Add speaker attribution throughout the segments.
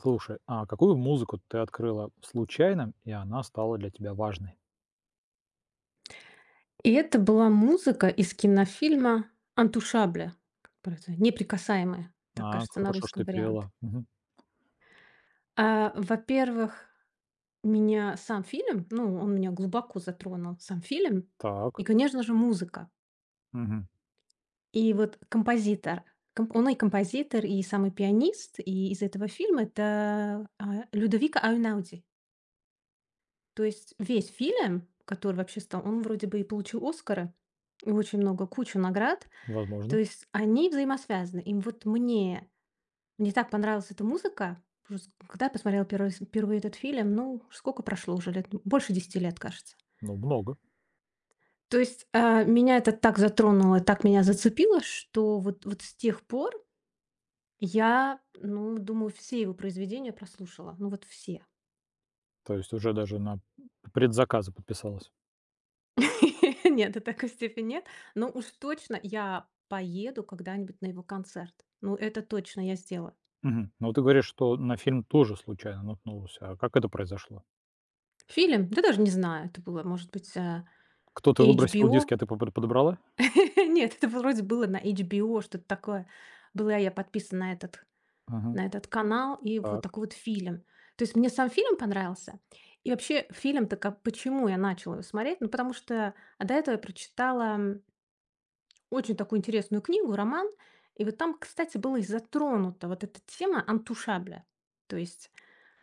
Speaker 1: Слушай, а какую музыку ты открыла случайно, и она стала для тебя важной?
Speaker 2: И это была музыка из кинофильма "Антушабля", как правильно, "Неприкасаемые", так
Speaker 1: А,
Speaker 2: кажется, на
Speaker 1: хорошо,
Speaker 2: русском
Speaker 1: что ты
Speaker 2: вариант.
Speaker 1: перевела. Мгм.
Speaker 2: А, во-первых, меня сам фильм, ну, он меня глубоко затронул, сам фильм и,
Speaker 1: Так.
Speaker 2: конечно же, музыка.
Speaker 1: Мгм.
Speaker 2: И вот композитор, ком он и композитор, и самый пианист, и из этого фильма — это, а, Людовико Эйнауди. То есть весь фильм, который вообще стал, он вроде бы и получил Оскара, и очень много, кучу наград. То
Speaker 1: Возможно.
Speaker 2: есть они взаимосвязаны. Им вот мне мне так понравилась эта музыка. Просто когда я посмотрела первый раз впервые этот фильм, ну, сколько прошло уже лет? Ну, больше 10 лет, кажется.
Speaker 1: Ну, много.
Speaker 2: То есть, а, меня это так затронуло, так меня зацепило, что вот с тех пор я, ну, думаю, все его произведения прослушала. Ну, вот все.
Speaker 1: То есть уже даже на предзаказы подписалась.
Speaker 2: Нет, до такой степени нет. Но уж точно я поеду когда-нибудь на его концерт. Ну, это точно я сделаю.
Speaker 1: Мгм. Но ты говоришь, что на фильм тоже случайно наткнулся. А как это произошло?
Speaker 2: Фильм? Да даже не знаю. Это было, может быть, а,
Speaker 1: Кто-то выбросил
Speaker 2: HBO?
Speaker 1: диски, а ты подобрала?
Speaker 2: Нет, это вот вроде было на HBO, что-то такое. Была я подписана
Speaker 1: Мгм.
Speaker 2: на этот канал и вот
Speaker 1: Так,
Speaker 2: такой вот фильм. То есть мне сам фильм понравился. И вообще фильм-то, как, почему я начала его смотреть? Ну, потому что а до этого я прочитала, очень такую интересную книгу, роман. И вот там, кстати, была и затронута вот эта тема антушабля. То есть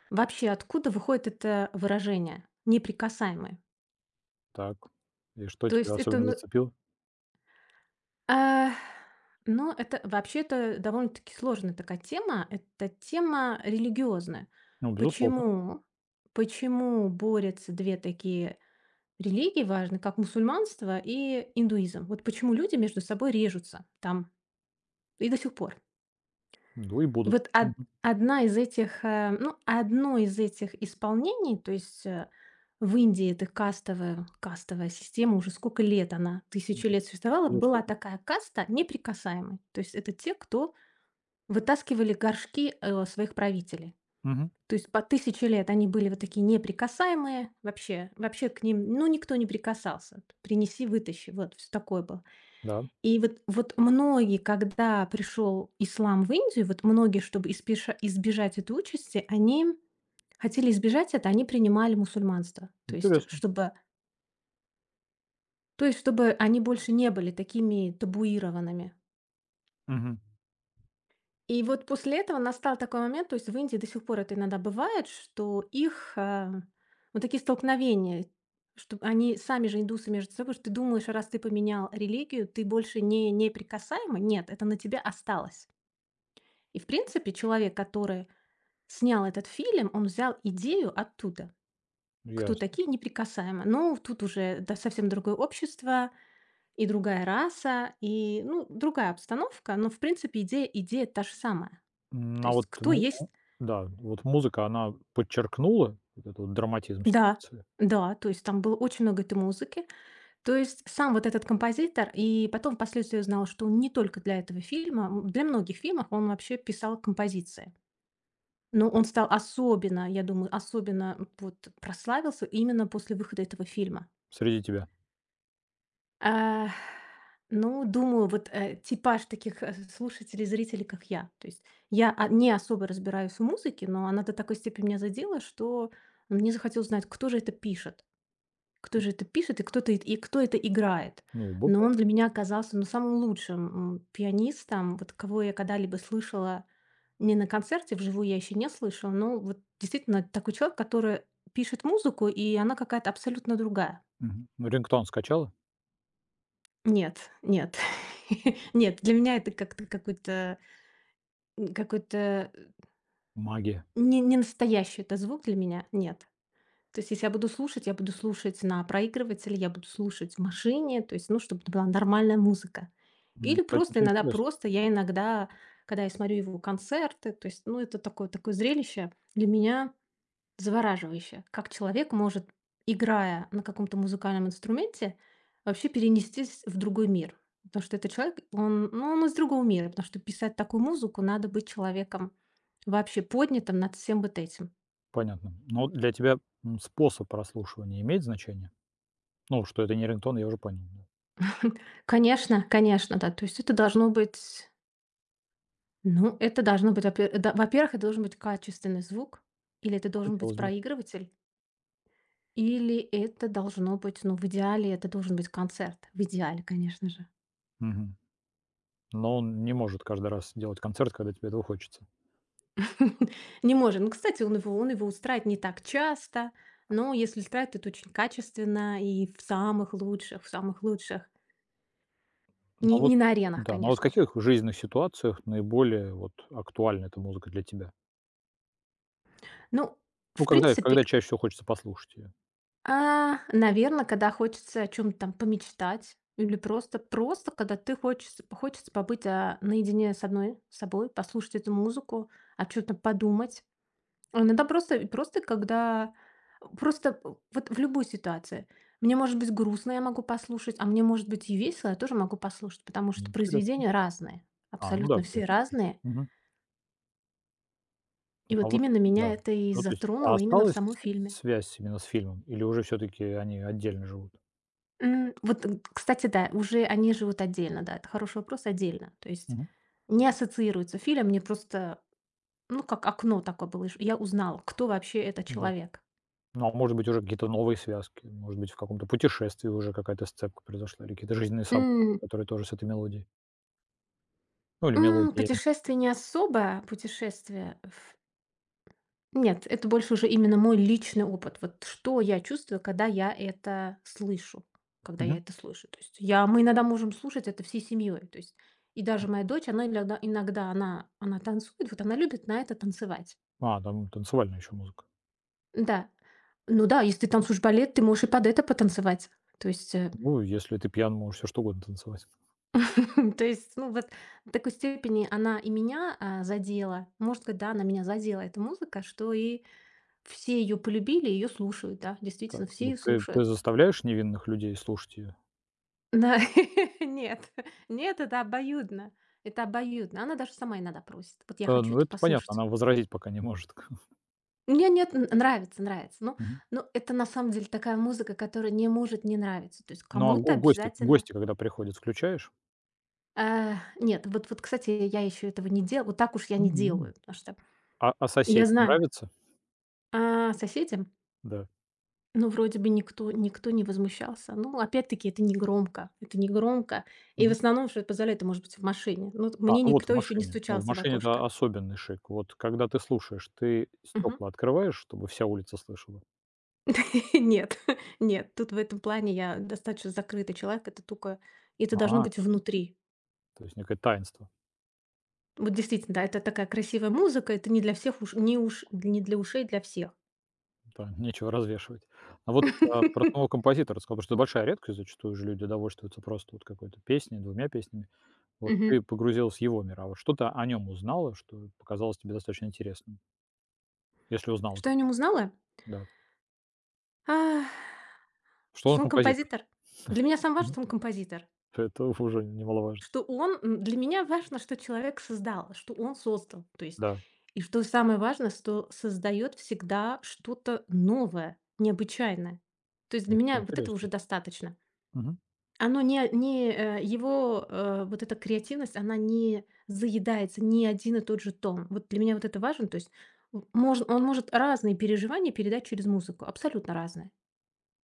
Speaker 2: вообще откуда выходит это выражение "неприкасаемые"?
Speaker 1: так. И что
Speaker 2: То есть
Speaker 1: тебя
Speaker 2: это,
Speaker 1: особенно
Speaker 2: ну,
Speaker 1: зацепило?
Speaker 2: А, ну, это вообще это довольно-таки сложная такая тема. Это тема религиозная.
Speaker 1: Ну, безусловно.
Speaker 2: Почему? Почему борются две такие религии важные, как мусульманство и индуизм? Вот почему люди между собой режутся там и до сих пор?
Speaker 1: Ну и
Speaker 2: И
Speaker 1: будут.
Speaker 2: вот од
Speaker 1: Мгм.
Speaker 2: одна из этих, ну, одно из этих исполнений, то есть, в Индии это кастовая система, уже сколько лет она,
Speaker 1: Мгм.
Speaker 2: 1000 лет существовала, была
Speaker 1: Безусловно.
Speaker 2: такая каста неприкасаемой. То есть это те, кто вытаскивали горшки, своих правителей.
Speaker 1: Мгм.
Speaker 2: То есть по 1000 лет они были вот такие неприкасаемые, вообще к ним, ну, никто не прикасался. Принеси, вытащи, вот всё такое было.
Speaker 1: Да.
Speaker 2: И вот многие, когда пришел ислам в Индию, вот многие, чтобы испеша избежать этой участи, они хотели избежать это, они принимали мусульманство. То есть,
Speaker 1: Интересно.
Speaker 2: чтобы чтобы они больше не были такими табуированными.
Speaker 1: Мгм.
Speaker 2: И вот после этого настал такой момент, то есть в Индии до сих пор это иногда бывает, что их, вот такие столкновения, что они сами же индусы между собой, что ты думаешь, раз ты поменял религию, ты больше не неприкасаемый. Нет, это на тебя осталось. И, в принципе, человек, который снял этот фильм, он взял идею оттуда. Кто
Speaker 1: Ясно.
Speaker 2: такие неприкасаемые? Ну, тут уже да, совсем другое общество и другая раса, и, ну, другая обстановка, но, в принципе, идея та же самая.
Speaker 1: М,
Speaker 2: То
Speaker 1: а
Speaker 2: есть
Speaker 1: вот
Speaker 2: кто
Speaker 1: му
Speaker 2: есть…
Speaker 1: му да, вот музыка, она подчеркнула вот этот вот драматизм
Speaker 2: Да,
Speaker 1: ситуации
Speaker 2: да, то есть там было очень много этой музыки. То есть сам вот этот композитор, и потом впоследствии я узнала, что он не только для этого фильма, для многих фильмов он вообще писал композиции. Но он стал особенно, я думаю, особенно, вот прославился именно после выхода этого фильма.
Speaker 1: среди тебя?
Speaker 2: А, ну, думаю, вот, типаж таких, слушателей, зрителей, как я. То есть я, не особо разбираюсь в музыке, но она до такой степени меня задела, что мне захотелось знать, кто же это пишет. Кто же это пишет, и кто это играет?
Speaker 1: Ну,
Speaker 2: Но он
Speaker 1: бывает.
Speaker 2: для меня оказался, ну, самым лучшим, пианистом, вот кого я когда-либо слышала, не на концерте, вживую я еще не слышала, но вот действительно такой человек, который пишет музыку, и она какая-то абсолютно другая.
Speaker 1: Мгм. Ну, рингтон скачала?
Speaker 2: Нет, нет, нет, для меня это как-то какой-то, какой-то
Speaker 1: Магия.
Speaker 2: не настоящий это звук для меня, нет. То есть если я буду слушать, я буду слушать на проигрывателе, я буду слушать в машине, то есть, ну, чтобы это была нормальная музыка.
Speaker 1: Ну,
Speaker 2: Или
Speaker 1: кстати,
Speaker 2: просто
Speaker 1: это
Speaker 2: иногда
Speaker 1: интересно.
Speaker 2: я иногда, когда я смотрю его концерты, то есть, ну, это такое, такое зрелище для меня завораживающее. Как человек может, играя на каком-то музыкальном инструменте, вообще перенестись в другой мир. Потому что этот человек, он, ну, он из другого мира, потому что писать такую музыку надо быть человеком вообще поднятым над всем вот этим.
Speaker 1: Понятно. Но вот для тебя, способ прослушивания имеет значение? Ну, что это не рингтон, я уже понял, да.
Speaker 2: Конечно, да. То есть это должно быть, ну, это должно быть, во-пе да, во-первых, это должен быть качественный звук, или это должен быть
Speaker 1: Хотелось бы.
Speaker 2: проигрыватель, или это должно быть, ну, в идеале это должен быть концерт. В идеале, конечно же.
Speaker 1: Мгм. Но он не может каждый раз делать концерт, когда тебе этого хочется.
Speaker 2: Не может. Ну, кстати, он его устраивает не так часто, но если устраивает, это очень качественно и в самых лучших.
Speaker 1: А
Speaker 2: Не
Speaker 1: вот
Speaker 2: не на аренах,
Speaker 1: да, но вот в
Speaker 2: конечно же.
Speaker 1: каких жизненных ситуациях наиболее вот актуальна эта музыка для тебя?
Speaker 2: Ну,
Speaker 1: Ну,
Speaker 2: в
Speaker 1: когда
Speaker 2: принципе,
Speaker 1: когда чаще всего хочется послушать ее
Speaker 2: Наверное, когда хочется о чем то там помечтать или просто когда ты хочется хочется побыть, наедине с одной с собой, послушать эту музыку, о чем то подумать. А иногда просто и просто когда просто Вот в любой ситуации. Мне может быть грустно, я могу послушать, а мне может быть и весело, я тоже могу послушать, потому что
Speaker 1: Интересно.
Speaker 2: произведения разные,
Speaker 1: А, ну да,
Speaker 2: абсолютно
Speaker 1: в
Speaker 2: все
Speaker 1: принципе.
Speaker 2: разные.
Speaker 1: Мгм.
Speaker 2: И
Speaker 1: А
Speaker 2: вот
Speaker 1: вот
Speaker 2: именно меня
Speaker 1: да.
Speaker 2: это и
Speaker 1: Ну, то есть,
Speaker 2: затронуло именно в
Speaker 1: осталась
Speaker 2: самом
Speaker 1: с
Speaker 2: фильме.
Speaker 1: связь именно с фильмом или уже все таки они отдельно живут?
Speaker 2: Вот, кстати, да, уже они живут отдельно, да, это хороший вопрос, отдельно. То есть
Speaker 1: Мгм.
Speaker 2: не ассоциируется фильм, мне просто, ну, как окно такое было. Я узнала, кто вообще этот
Speaker 1: Да.
Speaker 2: человек.
Speaker 1: Ну, а может быть, уже какие-то новые связки, может быть, в каком-то путешествии уже какая-то сцепка произошла или какие-то жизненные события,
Speaker 2: М,
Speaker 1: которые тоже с этой мелодией, ну, или мелодиями.
Speaker 2: Путешествие не особо, путешествие… Нет, это больше уже именно мой личный опыт. Вот что я чувствую, когда я это слышу, когда я
Speaker 1: Мгм.
Speaker 2: это слышу. То есть я, мы иногда можем слушать это всей семьей. То есть и даже моя дочь, она иногда, она танцует, вот она любит на это танцевать.
Speaker 1: А, там танцевальная еще музыка.
Speaker 2: Да. Ну да, если ты танцуешь балет, ты можешь и под это потанцевать. То есть,
Speaker 1: Ну, если ты пьян, можешь все что угодно танцевать.
Speaker 2: то есть, ну вот в такой степени она и меня, задела. Может быть, да, она меня задела, эта музыка, что и все ее полюбили, ее слушают, да,
Speaker 1: Так,
Speaker 2: действительно, все
Speaker 1: ну
Speaker 2: ее
Speaker 1: ты
Speaker 2: слушают.
Speaker 1: заставляешь невинных людей слушать ее?
Speaker 2: Да, нет, нет, это обоюдно, это обоюдно. Она даже сама иногда просит, вот я
Speaker 1: Э,
Speaker 2: хочу
Speaker 1: ну,
Speaker 2: это
Speaker 1: это понятно,
Speaker 2: послушать.
Speaker 1: она возразить пока не может.
Speaker 2: Мне нет, нравится, нравится. Ну,
Speaker 1: Мгм.
Speaker 2: ну, это на самом деле такая музыка, которая не может не нравиться. То есть
Speaker 1: Ну, а
Speaker 2: кому-то
Speaker 1: го гости
Speaker 2: обязательно…
Speaker 1: гости, когда приходят, включаешь?
Speaker 2: Э, нет, вот, кстати, я еще этого не дела, вот так уж я не делаю,
Speaker 1: М.
Speaker 2: потому что
Speaker 1: А а
Speaker 2: я
Speaker 1: соседям
Speaker 2: знаю,
Speaker 1: нравится?
Speaker 2: соседям,
Speaker 1: Да.
Speaker 2: ну, вроде бы никто не возмущался. Ну, опять-таки, это не громко. И в
Speaker 1: Мгм.
Speaker 2: основном, что это позволяет, это может быть в машине. Ну, вот
Speaker 1: А,
Speaker 2: мне
Speaker 1: ну вот в
Speaker 2: никто еще не
Speaker 1: машине. Ну, в
Speaker 2: стучался в
Speaker 1: машине —
Speaker 2: окошко.
Speaker 1: это особенный шик. Вот когда ты слушаешь, ты
Speaker 2: Мгм.
Speaker 1: стекла открываешь, чтобы вся улица слышала?
Speaker 2: Нет, нет, тут в этом плане я достаточно закрытый человек. Это только, это должно
Speaker 1: А,
Speaker 2: быть внутри.
Speaker 1: то есть некое таинство.
Speaker 2: Вот действительно, да, это такая красивая музыка, это не для всех уш не для ушей, для всех.
Speaker 1: Да, нечего развешивать. А вот, про самого композитора сказал, потому что это большая редкость. Зачастую же люди довольствуются просто вот какой-то песней, двумя песнями. Вот
Speaker 2: Мгм.
Speaker 1: ты погрузилась в его мир, а вот что то о нем узнала, что показалось тебе достаточно интересным? Если узнала,
Speaker 2: Что я о нём
Speaker 1: конечно,
Speaker 2: узнала?
Speaker 1: да.
Speaker 2: А,
Speaker 1: Что он
Speaker 2: что он
Speaker 1: композитор.
Speaker 2: композитор. Для меня самое важное,
Speaker 1: Мгм.
Speaker 2: что он композитор.
Speaker 1: Это уже немаловажно.
Speaker 2: Что он для меня важно, что человек создал, что он создал. То есть
Speaker 1: Да,
Speaker 2: и что самое важное, что создает всегда что-то новое, необычайное. То есть для меня вот этого уже
Speaker 1: интересно.
Speaker 2: достаточно.
Speaker 1: Мгм.
Speaker 2: Оно не, не его вот эта креативность, она не заедается ни один и тот же тон. Вот для меня вот это важно. То есть он может разные переживания передать через музыку, абсолютно разные.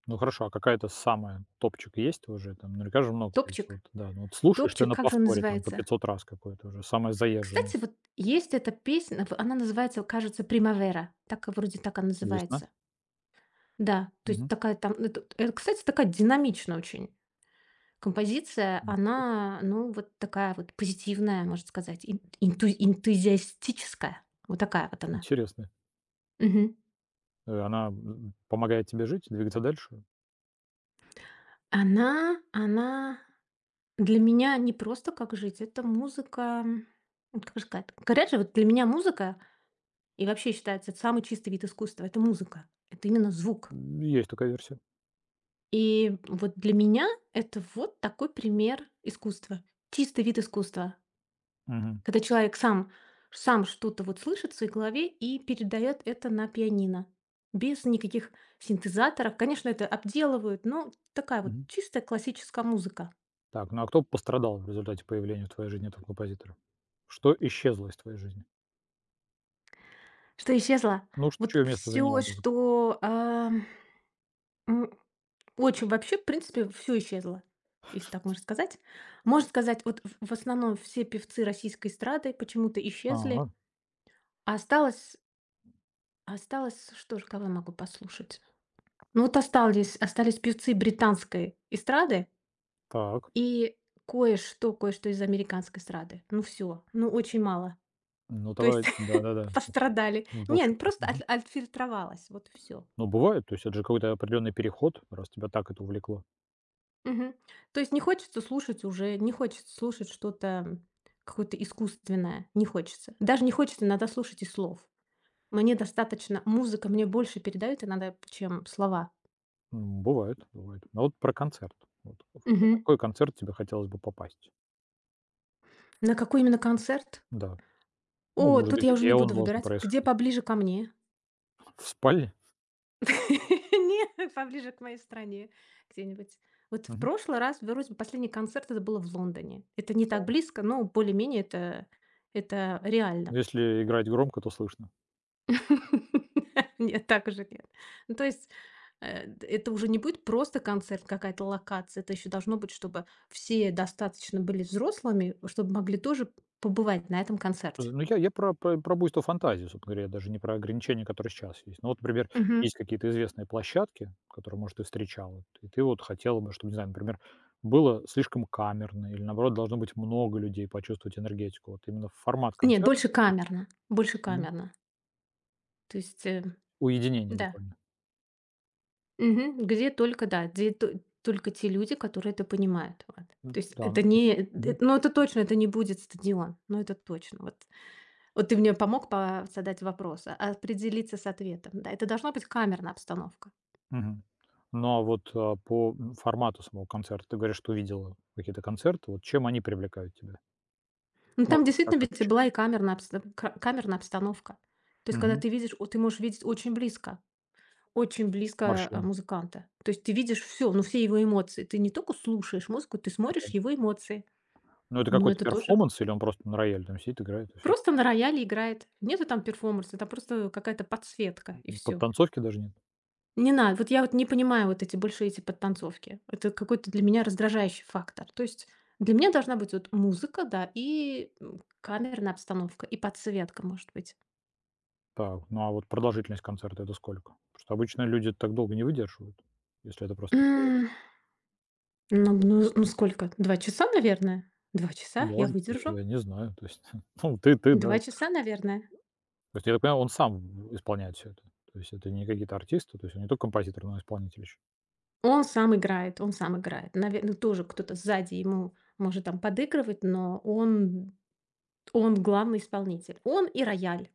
Speaker 1: Ну хорошо, а какая-то самая топчик есть уже? Там наверняка же много есть.
Speaker 2: Топчик.
Speaker 1: Вот, да. Ну вот слушаешь ты
Speaker 2: Топчик,
Speaker 1: на
Speaker 2: как же он
Speaker 1: повторе там по
Speaker 2: называется?
Speaker 1: 500 раз какое-то уже, самая заезженная.
Speaker 2: Кстати, вот есть эта песня, в она называется, кажется, "Примавера". Так, вроде так она
Speaker 1: Весна?
Speaker 2: называется. Да, то есть
Speaker 1: Мгм.
Speaker 2: такая там это, кстати, такая динамичная очень композиция.
Speaker 1: М,
Speaker 2: Она, ну, вот такая вот позитивная, можно сказать, ин инту энтузиастическая. Вот такая вот она.
Speaker 1: Интересно.
Speaker 2: Мгм.
Speaker 1: Она помогает тебе жить, двигаться дальше?
Speaker 2: Она для меня не просто как жить, это музыка, вот как же сказать. Говорят же, вот для меня музыка… И вообще считается, это самый чистый вид искусства — это музыка, это именно звук.
Speaker 1: Есть такая версия.
Speaker 2: И вот для меня это вот такой пример искусства. Чистый вид искусства,
Speaker 1: Мгм.
Speaker 2: когда человек сам что-то вот слышит в своей голове и передает это на пианино без никаких синтезаторов. Конечно, это обделывают, но такая вот
Speaker 1: Мгм.
Speaker 2: чистая классическая музыка.
Speaker 1: Так, ну а кто пострадал в результате появления в твоей жизни этого композитора? Что исчезло из твоей жизни?
Speaker 2: Что исчезло?
Speaker 1: Ну,
Speaker 2: Вот
Speaker 1: чье место
Speaker 2: все,
Speaker 1: заняла музыка?
Speaker 2: что, а, очень вообще, в принципе, все исчезло, если так можно сказать. Можно сказать, вот в основном все певцы российской эстрады почему-то исчезли.
Speaker 1: А,
Speaker 2: А осталось осталось, что же, кого я могу послушать? Ну, вот остались певцы британской эстрады
Speaker 1: так.
Speaker 2: и кое-что из американской эстрады. Ну, все, ну, очень мало.
Speaker 1: Ну
Speaker 2: То есть
Speaker 1: давай, да-да-да.
Speaker 2: пострадали.
Speaker 1: В
Speaker 2: Не, ну,
Speaker 1: общем-то.
Speaker 2: просто от отфильтровалось, вот и всё.
Speaker 1: Ну, бывает, то есть это же какой-то определенный переход, раз тебя так это увлекло.
Speaker 2: Мгм. То есть не хочется слушать уже, не хочется слушать что-то какое-то искусственное, не хочется. Даже не хочется иногда слушать и слов. Мне достаточно, музыка мне больше передает иногда, чем слова.
Speaker 1: Бывает, бывает. А вот про концерт. Вот в
Speaker 2: Мгм.
Speaker 1: какой концерт тебе хотелось бы попасть?
Speaker 2: На какой именно концерт?
Speaker 1: Да. Ну,
Speaker 2: О,
Speaker 1: может
Speaker 2: тут
Speaker 1: быть,
Speaker 2: я уже
Speaker 1: где
Speaker 2: не
Speaker 1: он
Speaker 2: буду
Speaker 1: должен
Speaker 2: выбирать, где
Speaker 1: происходить?
Speaker 2: поближе ко мне.
Speaker 1: В спальне?
Speaker 2: Не, поближе к моей стране где-нибудь. Вот в
Speaker 1: Мгм.
Speaker 2: прошлый раз, вроде бы, последний концерт это было в Лондоне. Это не так
Speaker 1: Так.
Speaker 2: близко, но более-менее это реально.
Speaker 1: Если играть громко, то слышно.
Speaker 2: Нет, так уже нет. Ну, то есть, д это уже не будет просто концерт, какая-то локация. Это еще должно быть, чтобы все достаточно были взрослыми, чтобы могли тоже побывать на этом концерте.
Speaker 1: Ну, я про буйство фантазии, собственно говоря, я даже не про ограничения, которые сейчас есть. Ну, вот, например,
Speaker 2: Мгм.
Speaker 1: есть какие-то известные площадки, которые, может, ты встречал, и ты вот хотела бы, чтобы, не знаю, например, было слишком камерно или, наоборот, должно быть много людей, почувствовать энергетику. Вот именно формат
Speaker 2: Нет,
Speaker 1: концерта,
Speaker 2: больше
Speaker 1: ты.
Speaker 2: камерно, больше
Speaker 1: Мгм.
Speaker 2: камерно. То есть,
Speaker 1: Уединение
Speaker 2: да.
Speaker 1: буквально.
Speaker 2: Мгм. Где только, да, где то только те люди, которые это понимают. Вот. То есть
Speaker 1: Да,
Speaker 2: это не,
Speaker 1: Мгм.
Speaker 2: ну, это точно, это не будет стадион. Ну, это точно. Вот. Ты мне помог по задать вопрос, а определиться с ответом. Да, это должна быть камерная обстановка.
Speaker 1: Мгм. Но вот, по, формату самого концерта ты говоришь, что видела какие-то концерты. Вот чем они привлекают тебя?
Speaker 2: Ну, там
Speaker 1: Может быть, как
Speaker 2: действительно ведь и
Speaker 1: отличают?
Speaker 2: была и камерная обсто ка камерная обстановка. То есть когда
Speaker 1: Мгм.
Speaker 2: ты видишь, о ты можешь видеть очень близко,
Speaker 1: Морщины.
Speaker 2: музыканта. То есть ты видишь все, ну, все его эмоции. Ты не только слушаешь музыку, ты
Speaker 1: Да.
Speaker 2: смотришь его эмоции.
Speaker 1: Ну, это
Speaker 2: Ну,
Speaker 1: какой-то
Speaker 2: это тоже
Speaker 1: перформанс или он просто на рояле там сидит, играет и все
Speaker 2: просто на рояле играет. Нету там перформанса, там просто какая-то подсветка и все.
Speaker 1: Подтанцовки даже нет?
Speaker 2: Не надо. Вот я вот не понимаю вот эти больше эти подтанцовки. Это какой-то для меня раздражающий фактор. То есть для меня должна быть вот музыка, да, и, камерная обстановка, и подсветка, может быть.
Speaker 1: Так, ну, а вот продолжительность концерта — это сколько? Потому что обычно люди так долго не выдерживают, если это просто рояль.
Speaker 2: М, ну сколько? 2 часа, наверное. 2 часа я
Speaker 1: Может, я
Speaker 2: выдержу.
Speaker 1: я не знаю. То есть, ну, ты да.
Speaker 2: 2 часа, наверное.
Speaker 1: То есть, я так понимаю, он сам исполняет все это? То есть это не какие-то артисты, то есть он не только композитор, но и исполнитель еще?
Speaker 2: Он сам играет. Наверно, тоже кто-то сзади ему может там подыгрывать, но он главный исполнитель. Он и рояль,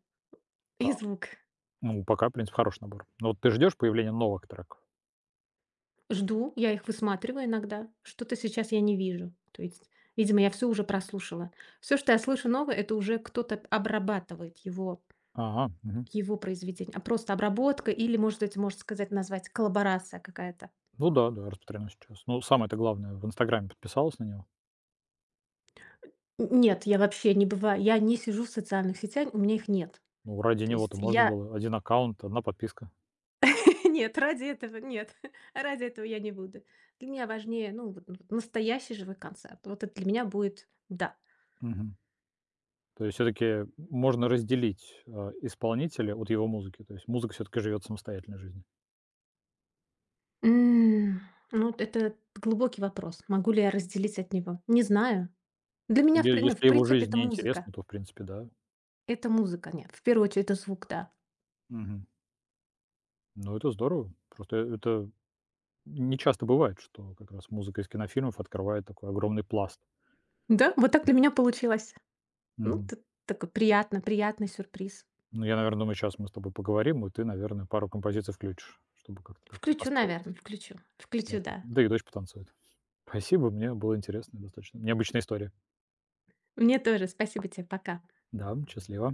Speaker 2: и
Speaker 1: Так,
Speaker 2: звук.
Speaker 1: ну, пока, в принципе, хороший набор. Но вот ты ждешь появления новых треков?
Speaker 2: Жду, я их высматриваю иногда. Что-то сейчас я не вижу. То есть, видимо, я все уже прослушала. Все, что я слышу новое, это уже кто-то обрабатывает
Speaker 1: Ага, мгм.
Speaker 2: его произведение. А просто обработка или, может быть, можно сказать, назвать коллаборация какая-то.
Speaker 1: Ну да, да, распространено сейчас. Ну, самое-то главное, в "Инстаграме" подписалась на него?
Speaker 2: Н нет, я вообще не бываю, я не сижу в социальных сетях, у меня их нет.
Speaker 1: Ну, ради
Speaker 2: То есть
Speaker 1: него-то можно
Speaker 2: я
Speaker 1: было один аккаунт, одна подписка.
Speaker 2: нет, ради этого нет, ради этого я не буду. Для меня важнее, ну, вот н настоящий живой концерт. Вот это для меня будет да.
Speaker 1: Мгм. То есть все таки можно разделить, исполнителя от его музыки. То есть музыка все таки живет самостоятельной жизнью.
Speaker 2: М, ну, вот это глубокий вопрос. Могу ли я разделить от него? Не знаю. Для меня,
Speaker 1: Е
Speaker 2: в
Speaker 1: Если его
Speaker 2: принципе,
Speaker 1: жизнь
Speaker 2: это музыка.
Speaker 1: неинтересна, то, в принципе, да.
Speaker 2: Это музыка, нет. В первую очередь, это звук, да.
Speaker 1: Мгм. Ну, это здорово. Просто это не часто бывает, что как раз музыка из кинофильмов открывает такой огромный пласт.
Speaker 2: Да, вот так для меня получилось. Ну,
Speaker 1: Мгм.
Speaker 2: такой приятно, приятный сюрприз.
Speaker 1: Ну, я, наверное, думаю, сейчас мы с тобой поговорим, и ты, наверное, пару композиций включишь, чтобы как-то так вот
Speaker 2: Включу,
Speaker 1: настроиться.
Speaker 2: наверное, включу. Включу,
Speaker 1: Да.
Speaker 2: да.
Speaker 1: Да и дочь потанцует. Спасибо, мне было интересно достаточно. Необычная история.
Speaker 2: Мне тоже. Спасибо тебе. Пока.
Speaker 1: Да, счастливо.